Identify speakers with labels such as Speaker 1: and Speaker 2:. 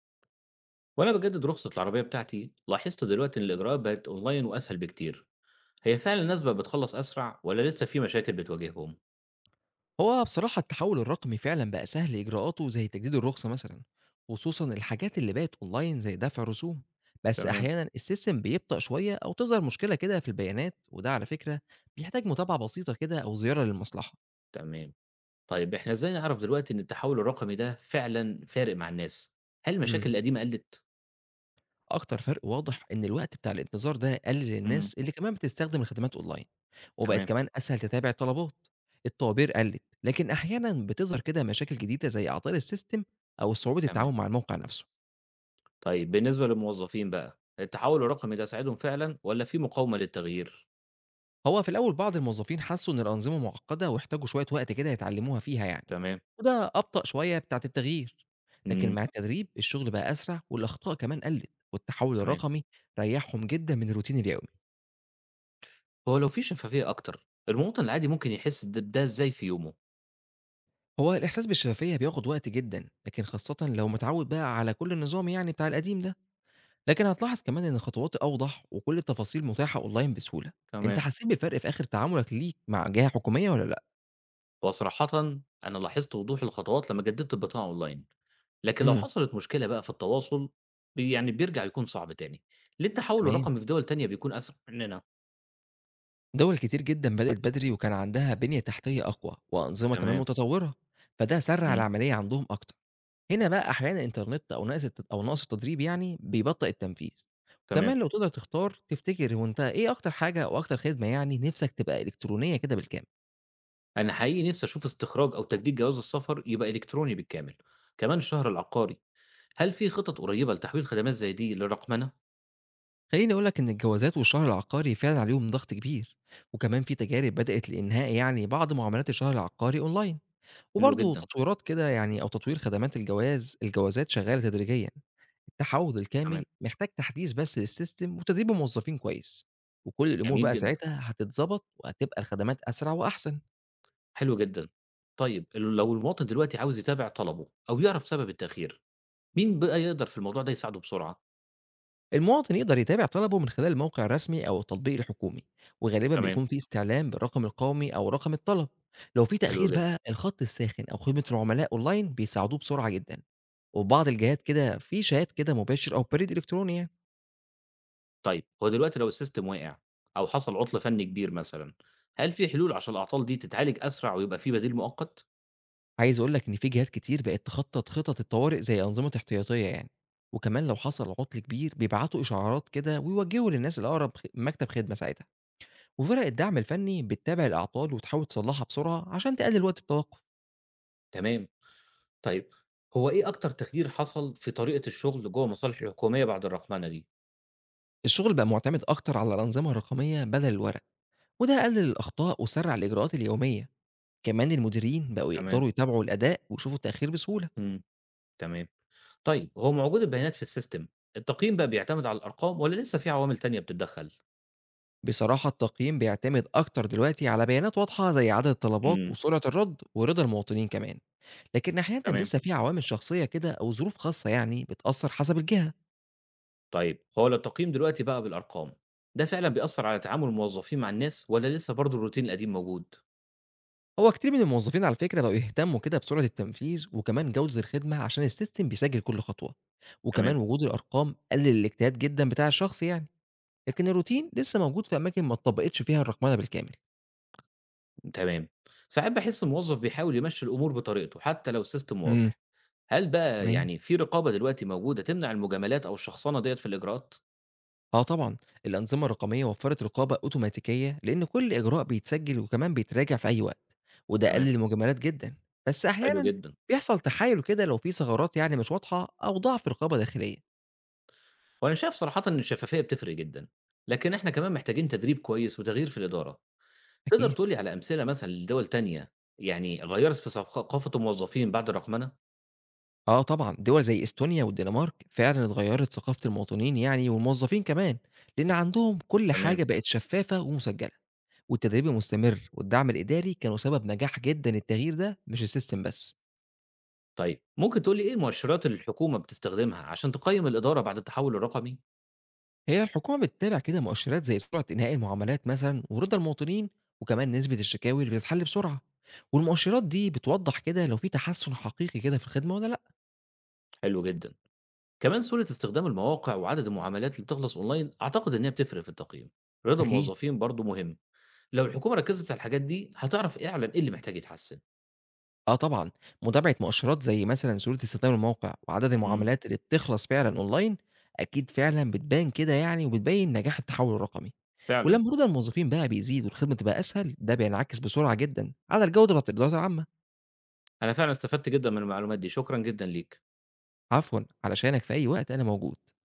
Speaker 1: وانا بجدد رخصه العربيه بتاعتي لاحظت دلوقتي ان الاجراءات بقت اونلاين واسهل بكتير. هي فعلا الناس بقت بتخلص اسرع ولا لسه في مشاكل بتواجههم؟
Speaker 2: هو بصراحة التحول الرقمي فعلا بقى سهل إجراءاته زي تجديد الرخصة مثلا، خصوصا الحاجات اللي بقت أونلاين زي دفع رسوم. بس
Speaker 1: تمام.
Speaker 2: أحيانا السيستم بيبطأ شوية أو تظهر مشكلة كده في البيانات، وده على فكرة بيحتاج متابعة بسيطة كده أو زيارة للمصلحة.
Speaker 1: تمام. طيب احنا ازاي نعرف دلوقتي ان التحول الرقمي ده فعلا فارق مع الناس؟ هل المشاكل
Speaker 2: امم
Speaker 1: القديمه قلت؟
Speaker 2: أكتر فرق واضح إن الوقت بتاع الانتظار ده قل
Speaker 1: امم.
Speaker 2: للناس اللي كمان بتستخدم الخدمات أونلاين، وبقت
Speaker 1: تمام.
Speaker 2: كمان أسهل تتابع الطلبات. الطوابير قلت، لكن أحيانا بتظهر كده مشاكل جديدة زي أعطال السيستم أو صعوبة
Speaker 1: تمام.
Speaker 2: التعاون مع الموقع نفسه.
Speaker 1: طيب بالنسبه للموظفين بقى التحول الرقمي ده ساعدهم فعلا ولا في مقاومه للتغيير؟
Speaker 2: هو في الأول بعض الموظفين حسوا إن الأنظمة معقدة واحتاجوا شوية وقت كده يتعلموها فيها يعني،
Speaker 1: تمام.
Speaker 2: وده أبطأ شوية بتاعة التغيير. لكن
Speaker 1: امم.
Speaker 2: مع التدريب الشغل بقى أسرع والأخطاء كمان قلت، والتحول
Speaker 1: تمام.
Speaker 2: الرقمي ريحهم جدا من الروتين اليومي.
Speaker 1: هو لو في شفافيه اكتر المواطن العادي ممكن يحس ده ازاي في يومه؟
Speaker 2: هو الإحساس بالشفافية بياخد وقت جدا، لكن خاصة لو متعود بقى على كل النظام يعني بتاع القديم ده. لكن هتلاحظ كمان إن الخطوات أوضح وكل التفاصيل متاحة أونلاين بسهولة. أنت
Speaker 1: تمام.
Speaker 2: حسيت بفرق في آخر تعاملك ليك مع جهة حكومية ولا لأ؟
Speaker 1: هو صراحةً أنا لاحظت وضوح الخطوات لمّا جددت البطاقة أونلاين، لكن لو
Speaker 2: امم
Speaker 1: حصلت مشكلة بقى في التواصل يعني بيرجع يكون صعب تاني، ليه التحول
Speaker 2: تمام.
Speaker 1: الرقمي في دول تانية بيكون أسرع مننا؟
Speaker 2: دول كتير جدًا بدأت بدري وكان عندها بنية تحتية أقوى، وأنظمة كمان
Speaker 1: تمام،
Speaker 2: متطورة، فده سرّع
Speaker 1: إمم،
Speaker 2: العملية عندهم أكتر. هنا بقى أحيانًا الإنترنت أو ناقص الت أو نقص التدريب يعني بيبطئ التنفيذ.
Speaker 1: تمام.
Speaker 2: وكمان لو تقدر تختار تفتكر هو أنت إيه أكتر حاجة أو أكتر خدمة يعني نِفْسك تبقى إلكترونية كده بالكامل؟
Speaker 1: أنا حقيقي نفسي أشوف استخراج أو تجديد جواز السفر يبقى إلكتروني بالكامل، كمان الشهر العقاري، هل في خطط قريبة لتحويل خدمات زي دي للرقمنة؟
Speaker 2: خلّيني أقول لك إن الجوازات والشهر العقاري فعلًا عليهم ضغط كبير، وكمان في تجارب بدأت لإنهاء يعني بعض معاملات الشهر العقاري أونلاين،
Speaker 1: حلو
Speaker 2: وبرضه
Speaker 1: جدًا،
Speaker 2: تطويرات كده يعني أو تطوير خدمات الجوازات شغّالة تدريجيًا. التعوّض
Speaker 1: تمام.
Speaker 2: الكامل محتاج تحديث بس للسيستم وتدريب الموظفين كويس، وكل الأمور
Speaker 1: جميل
Speaker 2: بقى
Speaker 1: جدًا،
Speaker 2: ساعتها هتتضبط وهتبقى الخدمات أسرع وأحسن.
Speaker 1: حلو جدًا. طيب لو المواطن دلوقتي عاوز يتابع طلبه أو يعرف سبب التأخير، مين بقى يقدر في الموضوع ده يساعده بسرعة؟
Speaker 2: المواطن يقدر يتابع طلبه من خلال الموقع الرسمي أو التطبيق الحكومي، وغالبا
Speaker 1: تمام.
Speaker 2: بيكون في استعلام بالرقم القومي أو رقم الطلب. لو في
Speaker 1: حلو
Speaker 2: تأخير
Speaker 1: جدًا.
Speaker 2: بقى الخط الساخن أو خدمة العملاء أونلاين بيساعدوه بسرعة جدًا، وفي بعض الجهات كده في شات كده مباشر أو بريد إلكتروني يعني.
Speaker 1: طيب هو دلوقتي لو الsystem وقع أو حصل عُطل فني كبير مثلًا، هل في حلول عشان الأعطال دي تتعالج أسرع ويبقى في بديل مؤقت؟
Speaker 2: عايز أقول لك إن في جهات كتير بقت تخطط خطط الطوارئ زي أنظمة احتياطية يعني، وكمان لو حصل عطل كبير بيبعتوا إشعارات كده ويوجهوا للناس الأقرب مكتب خدمة ساعتها، وفرق الدعم الفني بتتابع الأعطال وتحاول تصلحها بسرعة عشان تقلل وقت التوقف.
Speaker 1: تمام. طيب هو إيه أكتر تغيير حصل في طريقة الشغل جوّه المصالح الحكومية بعد الرقمنة دي؟
Speaker 2: الشغل بقى معتمد أكتر على الأنظمة الرقمية بدل الورق، وده قلل الأخطاء وسرع الإجراءات اليومية. كمان المديرين بقوا
Speaker 1: تمام.
Speaker 2: يقدروا يتابعوا الأداء ويشوفوا التأخير بسهولة.
Speaker 1: إمم، تمام. طيب هو مع وجود البيانات في الsystem، التقييم بقى بيعتمد على الأرقام والّا لسه في عوامل تانية بتتدخّل؟
Speaker 2: بصراحة التقييم بيعتمد أكتر دلوقتي على بيانات واضحة زي عدد الطلبات
Speaker 1: إمم،
Speaker 2: وسرعة الرد ورضا المواطنين كمان. لكن أحيانًا
Speaker 1: تمام.
Speaker 2: لسه في عوامل شخصية كده أو ظروف خاصة يعني بتأثّر حسب الجهة.
Speaker 1: طيب هو لو التقييم دلوقتي بقى بالأرقام، ده فعلًا بيأثّر على تعامل الموظفين مع الناس والّا لسه برضه الروتين القديم موجود؟
Speaker 2: هو كتير من الموظفين على فكرة بقوا يهتمّوا كده بسرعة التنفيذ وكمان جودة الخدمة عشان الsystem بيسجّل كل خطوة،
Speaker 1: تمام.
Speaker 2: وكمان وجود الأرقام قلِّل الاجتهاد جدًا بتاع الشخص يعني. لكن الروتين لسه موجود في أماكن ما اتطبّقتش فيها الرقمنة بالكامل.
Speaker 1: تمام. ساعات باحس الموظف بيحاول يمشّي الأمور بطريقته حتى لو الsystem
Speaker 2: إمم.
Speaker 1: واضح. هل بقى يعني في رقابة دلوقتي موجودة تمنع المجاملات أو الشخصنة ديّة في الإجراءات؟
Speaker 2: آه طبعًا، الأنظمة الرقمية وفّرت رقابة أوتوماتيكية لإن كل إجراء بيتسجّل وكمان بيتراجع في أي وقت، وده
Speaker 1: تمام.
Speaker 2: قلّل المجاملات جدًا. بس
Speaker 1: حلو
Speaker 2: أحيانًا
Speaker 1: جدًا.
Speaker 2: بيحصل تحايل كده لو في ثغرات يعني مش واضحة أو ضعف رقابة داخلية.
Speaker 1: وأنا شايف صراحةً إن الشفافية بتفرق جدًا، لكن إحنا كمان محتاجين تدريب كويس وتغيير في الإدارة. تقدر
Speaker 2: أكيد.
Speaker 1: تقول لي على أمثلة مثلًا لدول تانية يعني غيّرت في ثقافة الموظفين بعد الرقمنة؟
Speaker 2: آه طبعًا، دول زي إستونيا والدنمارك فعلًا اتغيّرت ثقافة المواطنين يعني والموظفين كمان، لإن عندهم كل
Speaker 1: تمام.
Speaker 2: حاجة بقت شفّافة ومسجّلة، والتدريب المستمر والدعم الإداري كانوا سبب نجاح جدًا التغيير ده مش السيستم بس.
Speaker 1: طيب ممكن تقول لي إيه المؤشرات اللي الحكومة بتستخدمها عشان تقيّم الإدارة بعد التحول الرقمي؟
Speaker 2: هي الحكومة بتتابع كده مؤشرات زي سرعة إنهاء المعاملات مثلا ورضا المواطنين، وكمان نسبة الشكاوي اللي بتتحل بسرعة. والمؤشرات دي بتوضح كده لو في تحسن حقيقي كده في الخدمة ولا لأ.
Speaker 1: حلو جدًا. كمان سهولة استخدام المواقع وعدد المعاملات اللي بتخلص أونلاين أعتقد إن هي بتفرق في التقييم. رضا
Speaker 2: أكيد،
Speaker 1: الموظفين برضه مهم، لو الحكومة ركزت على الحاجات دي هتعرف إيه إعلًا إيه اللي محتاج يتحسن.
Speaker 2: اه طبعا، متابعة مؤشرات زي مثلا سهولة استخدام الموقع وعدد
Speaker 1: امم
Speaker 2: المعاملات اللي بتخلص فعلا اونلاين اكيد فعلا بتبان كده يعني، وبتبين نجاح التحول الرقمي.
Speaker 1: فعلا
Speaker 2: ولما رضا الموظفين بقى بيزيد والخدمة تبقى اسهل، ده بينعكس بسرعة جدا على الجودة بتاعت الإدارة العامة.
Speaker 1: أنا فعلًا استفدت جدًا من المعلومات دي، شكرًا جدًا ليك.
Speaker 2: عفوا، علشانك في اي وقت انا موجود.